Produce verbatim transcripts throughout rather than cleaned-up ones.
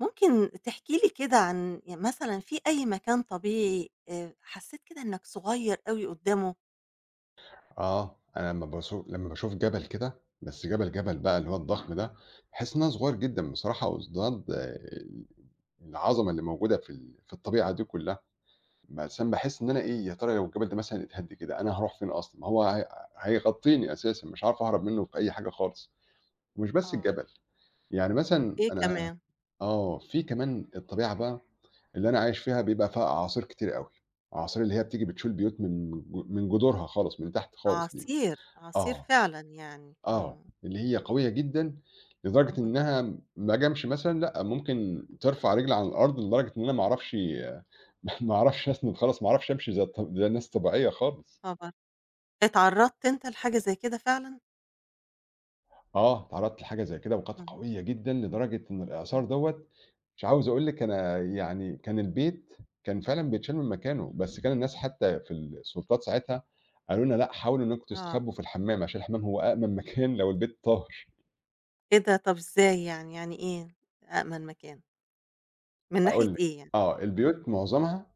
ممكن تحكي لي كده عن ي مثلًا في أي مكان طبيعي آآ، حسّيت كده إنّك صغيّر أوي قدّامه؟ آه، أنا لمّا باشو لمّا باشوف جبل كده، بس جبل، جبل بقى اللي هو الضخم ده، باحس إن أنا صغير جدًا بصراحة قصاد ال العظمة اللي موجودة في ال في الطبيعة دي كلّها، مثلًا باحس إن أنا إيه، يا ترى لو الجبل ده مثلًا اتهد كده، أنا هاروح فين أصلًا؟ ما هو هي هيغطيني أساسًا، مش هاعرف أهرب منّه في أي حاجة خالص، ومش بس آه. الجبل، يعني إمم. مثلًا إيه أنا كمان؟ آه، في كمان الطبيعة بقى اللي أنا عايش فيها بيبقى فيها أعاصير كتير أوي، أعاصير اللي هي بتيجي بتشول بيوت من ج من جذورها خالص، من تحت خالص دي. عصير، عصير آه. فعلًا يعني، آه، إمم. اللي هي قوية جدًا، لدرجة اهم. إنها ما جامش مثلًا لأ، ممكن ترفع رجل عن الأرض لدرجة إن أنا ما أعرفش ما أعرفش أسند خالص، ما أعرفش أمشي زي الط زي الناس الطبيعية خالص. خبر. اتعرّضت أنت لحاجة زي كده فعلًا؟ آه، اتعرضت لحاجة زي كده وكانت إمم، قوية جدًا لدرجة إن الإعصار إمم. دوّة مش عاوز أقول لِك، أنا يعني كان البيت كان فعلًا بيتشال من مكانه، بس كان الناس حتى في السلطات ساعتها قالوا لنا لأ، حاولوا إنكم آه، تستخبوا في الحمام عشان الحمام هو أأمن مكان لو البيت طاهر. إيه ده؟ طَب إزاي يعني، يعني إيه أأمن مكان، من ناحية هاقول لِك، إيه يعني؟ آه، إمم، البيوت معظمها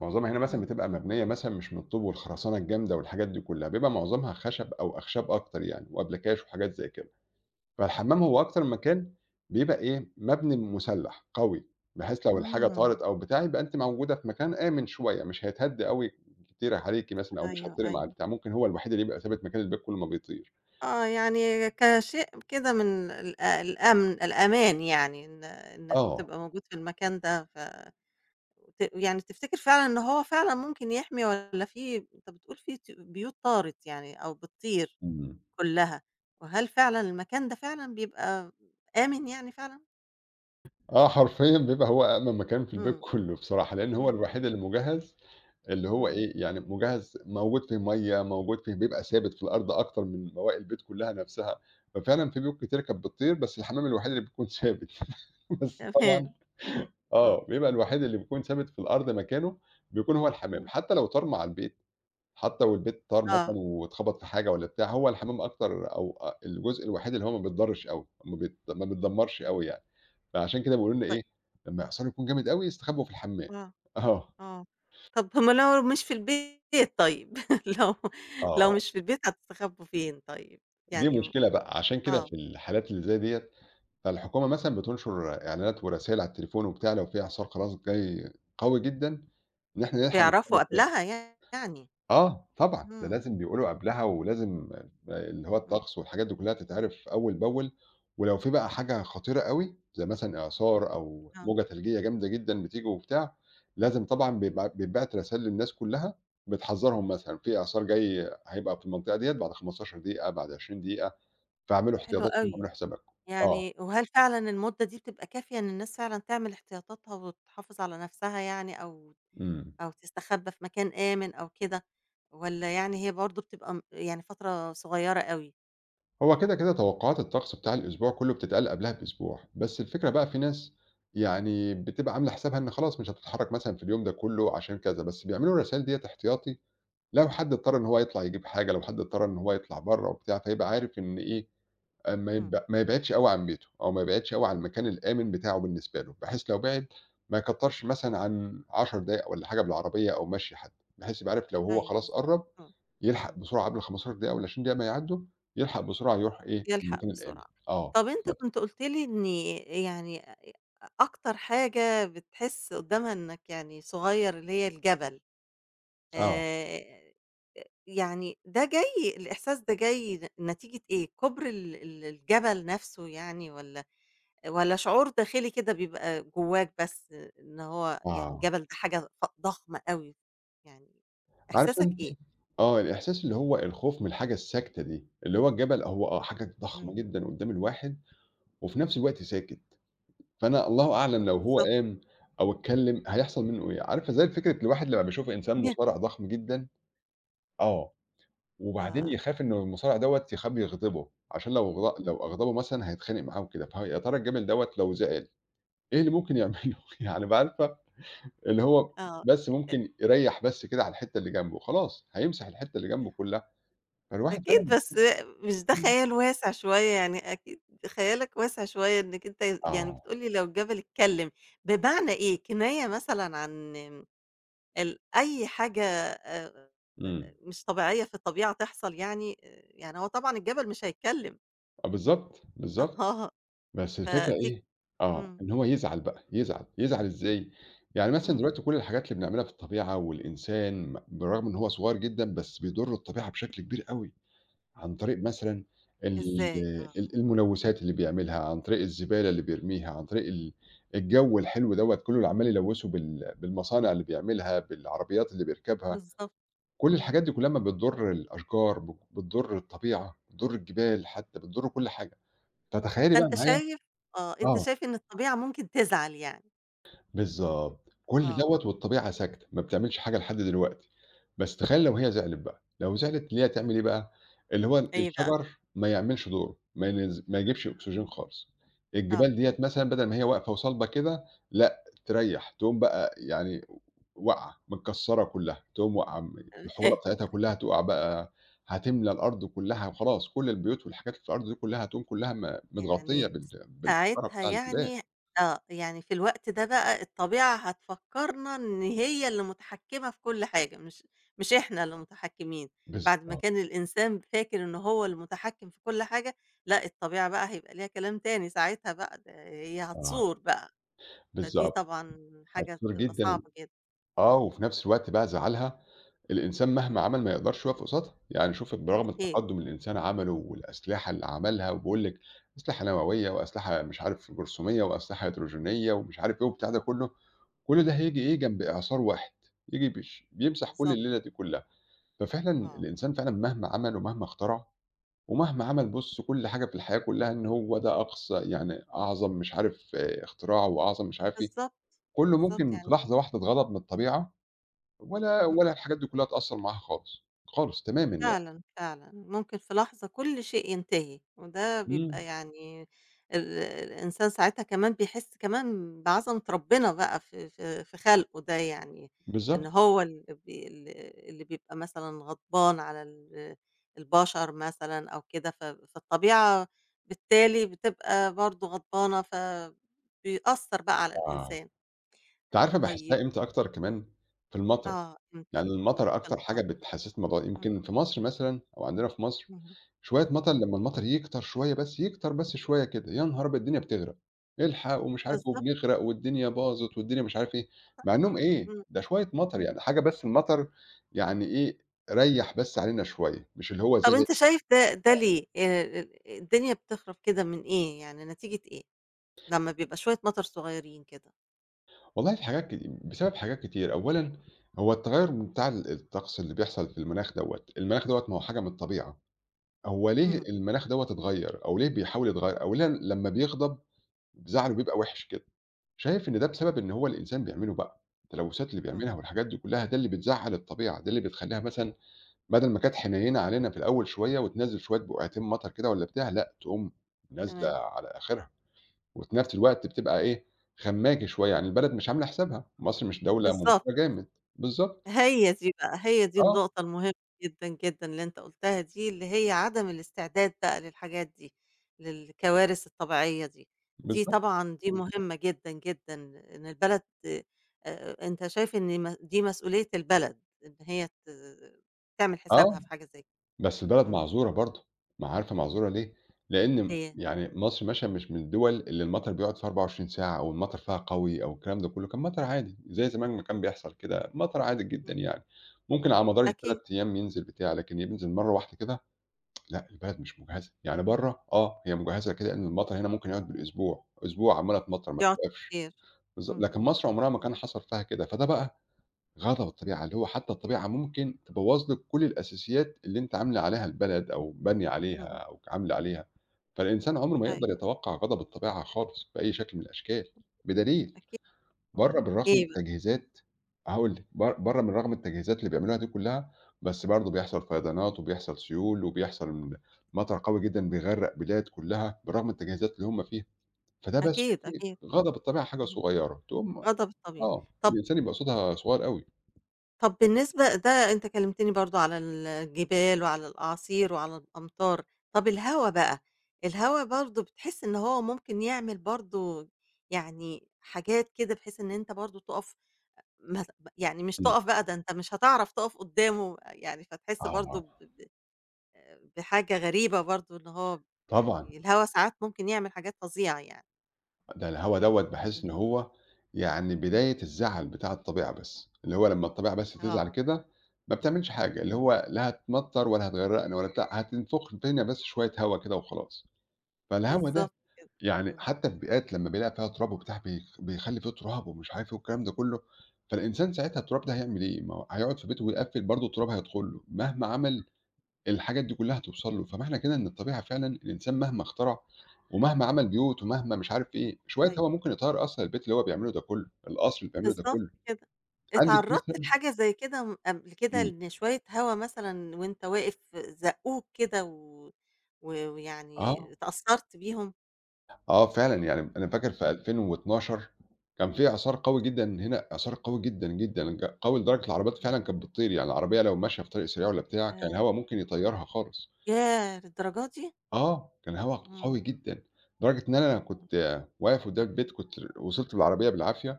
معظمها هنا مثلًا إمم، بتبقى مبنية مثلًا مش من الطوب والخرسانة الجامدة والحاجات دي كلّها، بيبقى معظمها خشب أو أخشاب أكتر يعني وأبلكاش وحاجات زي كده، فالحمام هو أكتر مكان بيبقى إيه، مبني مسلّح قوي، بحيث لو الحاجة طارت إمم. أو بتاع يبقى أنتِ موجودة في مكان آمن شوية، مش هيتهد أوي كتير عليكِ مثلًا أو أيوه، مش هتطيري مع أيوه. البتاع، ممكن هو الوحيد اللي يبقى ثابت مكان البيت كلّه ما بيطير. آه، يعني كشيء كده من ال آه، الأمن الأمان، يعني إن إنك آه، تبقى موجود في المكان ده، ف ت يعني تفتكر فعلًا إن هو فعلًا ممكن يحمي، والّا في أنت بتقول في ت بيوت طارت يعني أو بتطير إمم، كلّها، وهل فعلًا المكان ده فعلًا بيبقى آمن يعني فعلًا؟ آه حرفيًا بيبقى هو أأمن مكان في البيت إمم، كلّه بصراحة، لإن هو إمم، الوحيد إمم، اللي مجهّز اللي هو إمم. إيه، يعني مجهّز موجود فيه مَيّة، موجود فيه بيبقى ثابت في الأرض أكتر من بواقي البيت كلّها نَفْسها، ففعلًا في بيوت كتيرة كانت بتطير، بس الحمام الوحيد اللي بيكون ثابت بس طبعًا تمام. آه. آه، بيبقى الوحيد اللي بيكون ثابت في الأرض مكانه بيكون هو الحمام، اهم. حتى لو طار مع البيت، حتى لو البيت طار مثلًا آه. واتخبط في حاجة والّا بتاع، هو الحمام أكتر أو أ الجزء الوحيد اللي هو ما بيتضرّش أوي، ما بيت ما بيتدمّرش أوي يعني، فعشان كده بيقولوا لنا طيب. إيه، لمّا يحصل يكون جامد أوي، استخبّوا في الحمام. آه. آه، آه. طَب هم لو مش في البيت طيب؟ لو لو آه. مش في البيت، هتستخبّوا فين طيب؟ دي يعني مشكلة بقى، عشان كده آه. في الحالات اللي زي ديّة، فالحكومة مثلًا بتنشر إعلانات ورسايل على التليفون وبتاع لو في إعصار خلاص جاي قوي جدًا، إن إحنا نلحق نتصرّف بيعرفوا فيها. قبلها يعني. آه طبعًا، ده إمم. لازم بيقولوا اهم. قبلها ولازم اللي هو إمم. الطقس والحاجات دي كلّها تتعرف أول بأول، ولو في بقى حاجة خطيرة أوي، زي مثلًا إعصار أو آه. موجة تلجية جامدة جدًا بتيجي وبتاع، لازم طبعًا بيبع بيتبعت رسايل للناس كلّها بتحذّرهم مثلًا في إعصار جاي هيبقى في المنطقة ديّة بعد 15 دقيقة، بعد 20 دقيقة. فاعملوا حلو احتياطاتكم أوي. واعملوا حساباتكم. آه، يعني، وهل فعلًا المدة دي بتبقى كافية إن الناس فعلًا تعمل احتياطاتها وتحافظ على نَفْسها يعني، أو إمم. أو تستخبى في مكان آمن أو كده، والّا يعني هي برضه بتبقى م يعني فترة صغيّرة أوي؟ هو كده، كده توقعات الطقس بتاع الأسبوع كلّه بتتقال قبلها بأسبوع، بس الفكرة بقى في ناس يعني بتبقى عاملة حسابها إن خلاص مش هتتحرّك مثلًا في اليوم ده كلّه عشان كذا، بس بيعملوا الرسايل ديّة احتياطي لو حد اضطر إن هو يطلع يجيب حاجة، لو حد اضطر إن هو يطلع برّه وبتاع، فيبقى عارف إن إيه، آآ ما يب إمم. ما يبعدش أوي عن بيته، أو ما يبعدش أوي عن المكان الآمن بتاعه بالنسبة له، بحيث لو بِعد ما يكترش مثلًا عن 10 دقايق والّا حاجة بالعربية أو مشي حتى، بحيث يبقى عارف لو هو أيوه، خلاص بالضبط. قرّب آه. يلحق إمم. بسرعة قبل الخمستاشر دقيقة وال20 دقيقة ما يعدّوا، يلحق بسرعة يروح إيه، يلحق المكان الآمن. بسرعة. آه طَب أنت بالضبط، كنت قُلت لي إن يعني أ أكتر حاجة بتحس قدّامها إنّك يعني صغيّر اللي هي الجبل، آه، آآ يعني ده جاي الإحساس ده جاي ن نتيجة إيه؟ كُبر ال ال الجبل نَفْسه يعني، والّا والّا شعور داخلي كده بيبقى جوّاك بس، إن هو يعني آه، الجبل ده حاجة ف ضخمة أوي، يعني عارف إحساسك أنتِ إيه؟ آه، الإحساس اللي هو الخوف من الحاجة الساكتة دي، اللي هو الجبل هو آه حاجة ضخمة إمم. جدًا قدّام الواحد، وفي نفس الوقت ساكت. فأنا الله أعلم لو هو بالضبط. قام أو اتكلّم هيحصل منّه إيه، عارفة زي فكرة الواحد لمّا بيشوف إنسان مصارع ضخم جدًا آه، ف وبعدين اهم. يخاف إنه المصارع دوّة يخاب يغضبه، عشان لو غ لو أغضبه مثلًا هيتخانق معاه وكده، فيا ترى الجمل دوّة لو زعل إيه اللي ممكن يعمله؟ يعني ب عارفة اللي هو آه. بس ممكن يريّح بس كده على الحتّة اللي جنبه، خلاص هيمسح الحتّة اللي جنبه كلّها، فالواحد أكيد، فعلًا بس بيحس مش ده إمم، خيال واسع شوية، يعني أكيد خيالك واسع شوية، إنك أنت يعني آه، بتقول لي لو الجبل اتكلم، بمعنى إيه؟ كناية مثلًا عن ال أي حاجة آآ إمم، مش طبيعية في الطبيعة تحصل يعني؟ آآ يعني هو طبعًا الجبل مش هيتكلم، آه بالضبط، بالضبط. آه، بس الفكرة فدي إيه آه، إمم، إن هو يزعل بقى، يزعل، يزعل إزاي؟ يعني مثلًا إمم. دلوقتي كل الحاجات اللي بنعملها في الطبيعة والإنسان بالرغم إن هو صغير جدًا، بس بيضر الطبيعة بشكل كبير أوي، عن طريق مثلًا ال إزاي؟ آه، ال الملوثات اللي بيعملها، عن طريق الزبالة اللي بيرميها، عن طريق ال الجو الحلو دوّة كله اللي عمّال يلوثه بال بالمصانع اللي بيعملها، بالعربيات اللي بيركبها، بالضبط. كل إمم. الحاجات دي كلها ما بتضر الأشجار، ب بتضر الطبيعة، بتضر الجبال حتى، بتضر كل حاجة، فتخيّلي بقى فأنت معايا شايف آه، أنت آه. شايف إن الطبيعة ممكن تزعل يعني، بالضبط. كل آه، دوّة والطبيعة ساكتة، ما بتعملش حاجة لحد دلوقتي. بس تخيل لو هي زعلت بقى، لو زعلت اللي هي تعمل إيه بقى، اللي هو إيه بقى؟ الشجر ما يعملش دوره، ما ينز ما يجيبش أكسجين خالص. آه، الجبال ديّة تمام. مثلًا بدل ما هي واقفة وصلبة كده، لأ تريّح، تقوم بقى يعني واقعة، متكسّرة كلّها، تقوم واقعة م الحجارة بتاعتها كلّها تقع بقى، هتملى الأرض كلّها وخلاص، كل البيوت والحاجات اللي في الأرض دي كلّها هتقوم كلّها م متغطية يعني بال بالحجارة ساعتها بتاع الجبال. يعني آه، يعني في الوقت ده بقى الطبيعة هتفكّرنا إن هي اللي متحكّمة في كل حاجة، مش مش إحنا اللي متحكّمين، بعد ما بالضبط، كان الإنسان فاكر إن هو المتحكّم في كل حاجة، لأ الطبيعة بقى هيبقى ليها كلام تاني ساعتها بقى، ده هي آه، هتصور بقى، فدي بالضبط. طبعًا حاجة حسّاس بتبقى جدًا، صعبة جدًا، آه، إمم، وفي نفس الوقت بقى زعلها الإنسان إمم، مهما عمل ما يقدرش يقف قصادها، يعني شوف برغم أكيد، التقدُّم اللي الإنسان عمله والأسلحة اللي عملها وبيقول لِك أسلحة نووية وأسلحة مش عارف جرثومية وأسلحة هيدروجينية ومش عارف إيه وبتاع ده كُلّه، كل ده هييجي إيه، جنب إعصار واحد، ييجي بيش بيمسح كل بالضبط، الليلة دي كُلّها، ففعلًا آه، الإنسان فعلًا مهما عمل ومهما اخترع ومهما عمل بُص كل حاجة في الحياة كُلّها إن هو ده أقصى يعني أعظم مش عارف اختراع وأعظم مش عارف إيه، بالضبط، كُلّه بالضبط ممكن في يعني لحظة واحدة اتغضب من الطبيعة ولا اهم. ولا الحاجات دي كلّها تأثّر معاها خالص، خالص تمامًا يعني. فعلًا، فعلًا، ممكن في لحظة كل شيء ينتهي، وده إمم، بيبقى يعني ال الإنسان ساعتها كمان بيحس كمان بعظمة ربنا بقى في في في خلقه ده يعني، إن بالضبط، هو اللي بي ال اللي بيبقى مثلًا غضبان على ال البشر مثلًا أو كده، ف فالطبيعة بالتالي بتبقى برضه غضبانة، فبيأثّر بقى على آه، الإنسان. أنت عارفة طيب. باحسّها إمتى أكتر كمان؟ في المطر، آه، إمتى؟ يعني المطر قلب أكتر حاجة مطر؟ بتحسّسني بالموضوع إمم. يمكن في مصر مثلًا أو عندنا في مصر اهم. شوية مطر إمم. لمّا المطر يكتر شوية بس، يكتر بس شوية كده، يا نهار أبيض! الدنيا بتغرق، الحق ومش عارف بالضبط. وبنغرق والدنيا باظت والدنيا مش عارف إيه، مع إنّهم إيه، إمم. ده شوية مطر اهم. يعني حاجة بس المطر يعني إيه، ريّح بس علينا شوية، مش اللي هو طب زي أنت شايف ده ده ليه؟ آآ ال الدنيا بتخرب كده من إيه، يعني نتيجة إيه؟ لمّا بيبقى شوية مطر صغيّرين كده. والله في حاجات كت بسبب حاجات كتير، أولًا هو التغيُّر بتاع ال الطقس اللي بيحصل في المناخ دوّة، المناخ دوّة ما هو حاجة من الطبيعة، هو ليه اهم، المناخ دوّة اتغيّر أو ليه بيحاول يتغيّر أو ليه لمّا بيغضب زعله بيبقى وِحِش كده، شايف إن ده بسبب إن هو الإنسان بيعمله بقى، التلوثات اللي بيعملها إمم، والحاجات دي كلّها ده اللي بتزعّل الطبيعة، ده اللي بتخلّيها مثلًا بدل ما كانت حنيّنة علينا في الأول شوية وتنزّل شوية بقعتين مطر كده والّا بتاع، لأ تقوم نازلة تمام، على آخرها. وفي نفس الوقت بتبقى إيه، خمّاجة شوية، يعني البلد مش عاملة حسابها، مصر مش دولة بالضبط، ممتِرة جامد، بالضبط، هي دي بقى، هي دي آه، النقطة المهمة جدًا، جدًا اللي أنت قُلتها دي، اللي هي عدم الاستعداد بقى للحاجات دي، للكوارث الطبيعية دي، دي بالضبط، طبعًا دي مهمة جدًا، جدًا إن البلد، آآ أنت شايف إن م دي مسؤولية البلد، إن هي ت تعمل آه، حسابها في حاجة زي كده، بس بلد إمم، معذورة برضه، ما عارفة معذورة ليه؟ لإن هي يعني مصر مثلًا مش من الدول اللي المطر بيقعد فيها 24 ساعة أو المطر فيها قوي أو الكلام ده كلّه، كان مطر عادي، زي زمان ما كان بيحصل كده، مطر عادي جدًا إمم، يعني، ممكن على مدار أكيد. التلات أيام ينزل بتاع، لكن ينزل مرّة واحدة كده، لأ البلد مش مجهزة، يعني برّه آه، هي مجهزة كده إن المطر هنا ممكن يقعد بالأسبوع، أسبوع عمّالة تمطر ما بيقعد بتوقفش. كتير. بالضبط، لكن اهم، مصر عمرها ما كان اهم، حصل فيها كده، فده بقى غضب الطبيعة، اللي هو حتى الطبيعة ممكن تبوّظ لِك كل الأساسيات اللي أنتِ عاملة عليها البلد أو بانية عليها إمم، أو عاملة عليها، فالإنسان عمره ما يقدر أيوه يتوقّع غضب الطبيعة خالص بأي شكل من الأشكال، بدليل أكيد، برّه آه، بالرغم من إيه بقى؟ التجهيزات هاقول لِك، بر برّه من رغم التجهيزات اللي بيعملوها دي كلّها، بس برضه بيحصل فيضانات وبيحصل سيول وبيحصل مطر قوي جدًا بيغرّق بلاد كلّها، بالرغم من التجهيزات اللي هم فيها، فده بس أكيد، شوفي أكيد، غضب إمم، الطبيعة حاجة اهم، صغيّرة، تقوم آه ده بالطبيعي. آه، طب، الإنسان يبقى صوتها صغيّر أوي. طب بالنسبة ده أنت كلمتني برضه على الجبال وعلى الأعاصير وعلى الأمطار، طب الهوا بقى، الهوا برضه بتحس إن هو ممكن يعمل برضه يعني حاجات كده، بحيث إن أنت برضه تُقف، ما ت يعني مش إمم، تُقف بقى، ده أنت مش هتعرف تُقف قدّامه يعني، فتحس برضه ب آه، آآ بحاجة غريبة برضه، إن هو طبعًا، يعني الهوا ساعات ممكن يعمل حاجات فظيعة يعني، ده الهوا دوّة باحس إمم، إن هو يعني بداية الزعل بتاع الطبيعة بس، اللي هو لمّا الطبيعة بس تزعل آه، كده ما بتعملش حاجة، اللي إمم، هو لا هتمطّر ولا هتغرّقنا ولا بتاع، هتنفُخ فينا بس شوية هوا كده وخلاص. فالهوا ده بالضبط كده، يعني إمم، حتى في بيئات لمّا بيلاقي فيها تراب وبتاع بيخ بيخلّي في تراب ومش عارف إيه والكلام ده كلّه، فالإنسان ساعتها التراب ده هيعمل إيه؟ ما هو هيقعد في بيته ويقفّل برضه التراب هيدخل له، مهما عمل الحاجات دي كلّها هتوصل له، فمعنى كده إن الطبيعة فعلًا الإنسان مهما اخترع، ومهما عمل بيوت، ومهما مش عارف إيه، شوية هوا أيوه، ممكن يطيّر أصلًا البيت اللي هو بيعمله ده كلّه، القصر اللي بيعمله ده بالضبط كلّه، كده. عندِك اتعرّضت مثلًا لحاجة زي كده م قبل كده، إمم، إن شوية هوا مثلًا وأنت واقف زقّوك كده، و و آه، ويعني اتأثّرت بيهم؟ آه فعلًا يعني أنا فاكر في إمم. ألفين واتناشر كان في إعصار قوي جدًا هنا، إعصار قوي جدًا، جدًا، ج قوي لدرجة العربيات فعلًا كانت بتطير، يعني العربية لو ماشية في طريق سريع والّا بتاع، كان آآ الهوا ممكن يطيّرها خالص، ياه! للدرجة دي! آه، كان الهوا قوي إمم، جدًا، لدرجة إن أنا إمم، كنت آه، واقف قدّام البيت كنت وصلت بالعربية بالعافية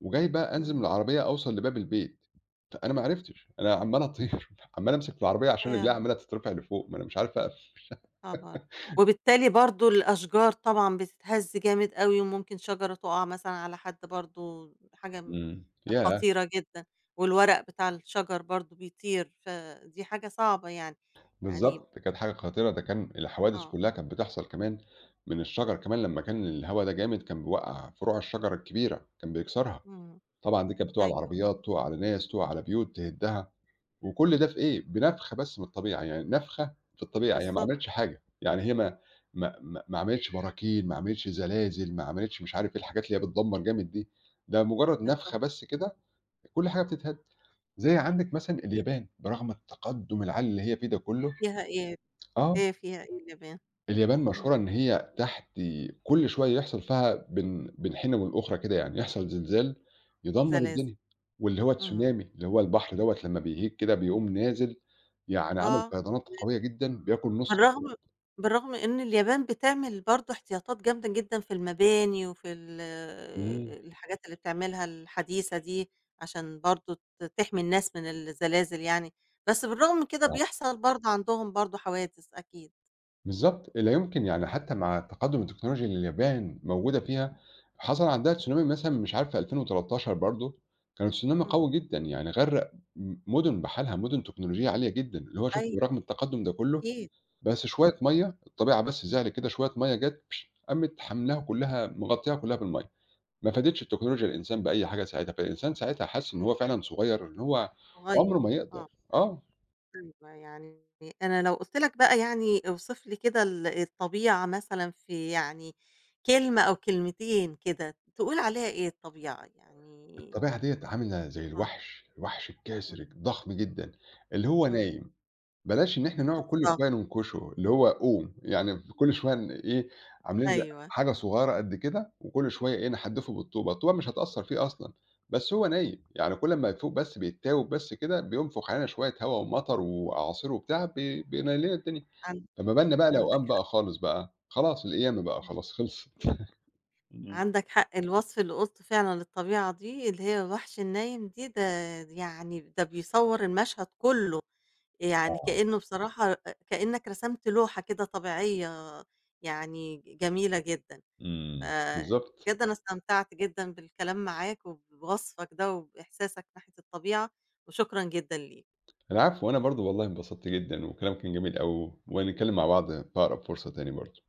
وجاي بقى أنزل إمم، من العربية أوصل لباب البيت، فأنا ما عرفتش، أنا عمّال أطير، عمّال أمسك في العربية عشان رجليها ياه! عمّالة تترفع لفوق، ما أنا مش عارف أقف. طبعًا. وبالتالي برضه الأشجار طبعًا بتتهَز جامد أوي، وممكن شجرة تُقع مثلًا على حد، برضه حاجة م إمم. ياه! خطيرة جدًا، والورق بتاع الشجر برضه بيطير، فدي حاجة صعبة يعني. يعني بالضبط، كانت حاجة خطيرة، ده كان الحوادث آه، كلّها كانت بتحصل كمان من الشجر كمان لمّا كان الهوا ده جامد كان بيوقّع فروع الشجر الكبيرة، كان بيكسرها، إمم، طبعًا دي كانت بتقع على أيوه، العربيات، تقع على ناس، تقع على بيوت، تهدّها. وكل ده في إيه، بنفخة بس من الطبيعة، يعني نفخة في الطبيعة، هي ما بالضبط، عملتش حاجة، يعني هي ما ما ما ما عملتش براكين، ما عملتش زلازل، ما عملتش مش عارف إيه الحاجات اللي هي بتدمّر جامد دي، ده مجرد بالضبط. نفخة بس إمم، كده كل حاجة بتتهد، زي عندِك مثلًا أكيد. اليابان برغم التقدُّم العالي اللي هي فيه ده كُلّه فيها إيه؟ آه، هي فيها إيه كمان؟ اليابان إمم، مشهورة إن هي تحت كل شوية يحصل فيها بين بين حِينة والأخرى كده يعني، يحصل زلزال يدمّر زلازل. الدنيا، واللي هو اهم. تسونامي، اللي هو البحر دوّة لمّا بيهيج كده بيقوم نازل، يعني عامل آه. فيضانات قوية جدًا بياكل نُص بالرغم، البلد. بالرغم إن اليابان بتعمل برضه احتياطات جامدة جدًا في المباني وفي ال إمم، الحاجات اللي بتعملها الحديثة دي، عشان برضه ت تحمي الناس من الزلازل يعني، بس بالرغم من كده آه، بيحصل برضه عندهم برضه حوادث أكيد، بالضبط، لا يمكن يعني حتى مع تقدُّم التكنولوجيا اللي اليابان موجودة فيها، حصل عندها تسونامي مثلًا مش عارف في ألفين وتلتاشر برضه، كان تسونامي إمم، قوي جدًا يعني غرّق م مُدن بحالها، مُدن تكنولوجية عالية جدًا، اللي هو شوف أيوه برغم التقدُّم ده كُلّه أكيد، بس شوية إمم، مَيّة، الطبيعة بس زعلت كده شوية مَيّة جات قامت حاملاها كلّها مغطّياها كلّها بالمَيّة، ما فادتش التكنولوجيا الإنسان بأي حاجة ساعتها، فالإنسان ساعتها حَس إن هو فعلًا صغير، إن هو عمره صغير، ما يقدر آه، آه، أيوه يعني، أنا لو قُلت لك بقى يعني، اوصف لي كده ال الطبيعة مثلًا في يعني كلمة أو كلمتين كده، تقول عليها إيه الطبيعة يعني؟ الطبيعة ديّة عاملة زي آه. الوحش، الوحش الكاسر إمم، الضخم جدًا، اللي هو إمم، نايم، بلاش إن إحنا نقعد كل بالضبط، شوية ننكشه، اللي هو قوم، يعني كل شوية ن إيه، عاملين زي أيوه، حاجة صغيرة قد كده وكل شوية إيه، نحدفه بالطوبة، الطوبة مش هتأثّر فيه أصلًا، بس هو نايم، يعني كل أمّا يفوق بس بيتتاوب بس كده بينفخ علينا شوية هوا ومطر وأعاصير وبتاع ب بينيل لنا الدنيا، عن فما بالنا بقى لو عندك قام حق، بقى خالص بقى، خلاص القيامة بقى إمم، خلاص خلصت. إمم. عندك حق، الوصف اللي قُلته فعلًا للطبيعة دي اللي هي الوحش النايم دي، ده يعني ده بيصوّر المشهد كلّه، يعني آه، كإنه بصراحة أ كإنك رسمت لوحة كده طبيعية يعني ج جميلة جدًا، إمم، بالضبط. فبجد أنا استمتعت جدًا بالكلام معاك وبوصفك ده وبإحساسك ناحية الطبيعة، وشكرًا جدًا ليك. العفو، وأنا برضه والله انبسطت جدًا والكلام كان جميل أوي، ونتكلم مع بعض في أقرب فرصة تاني برضه.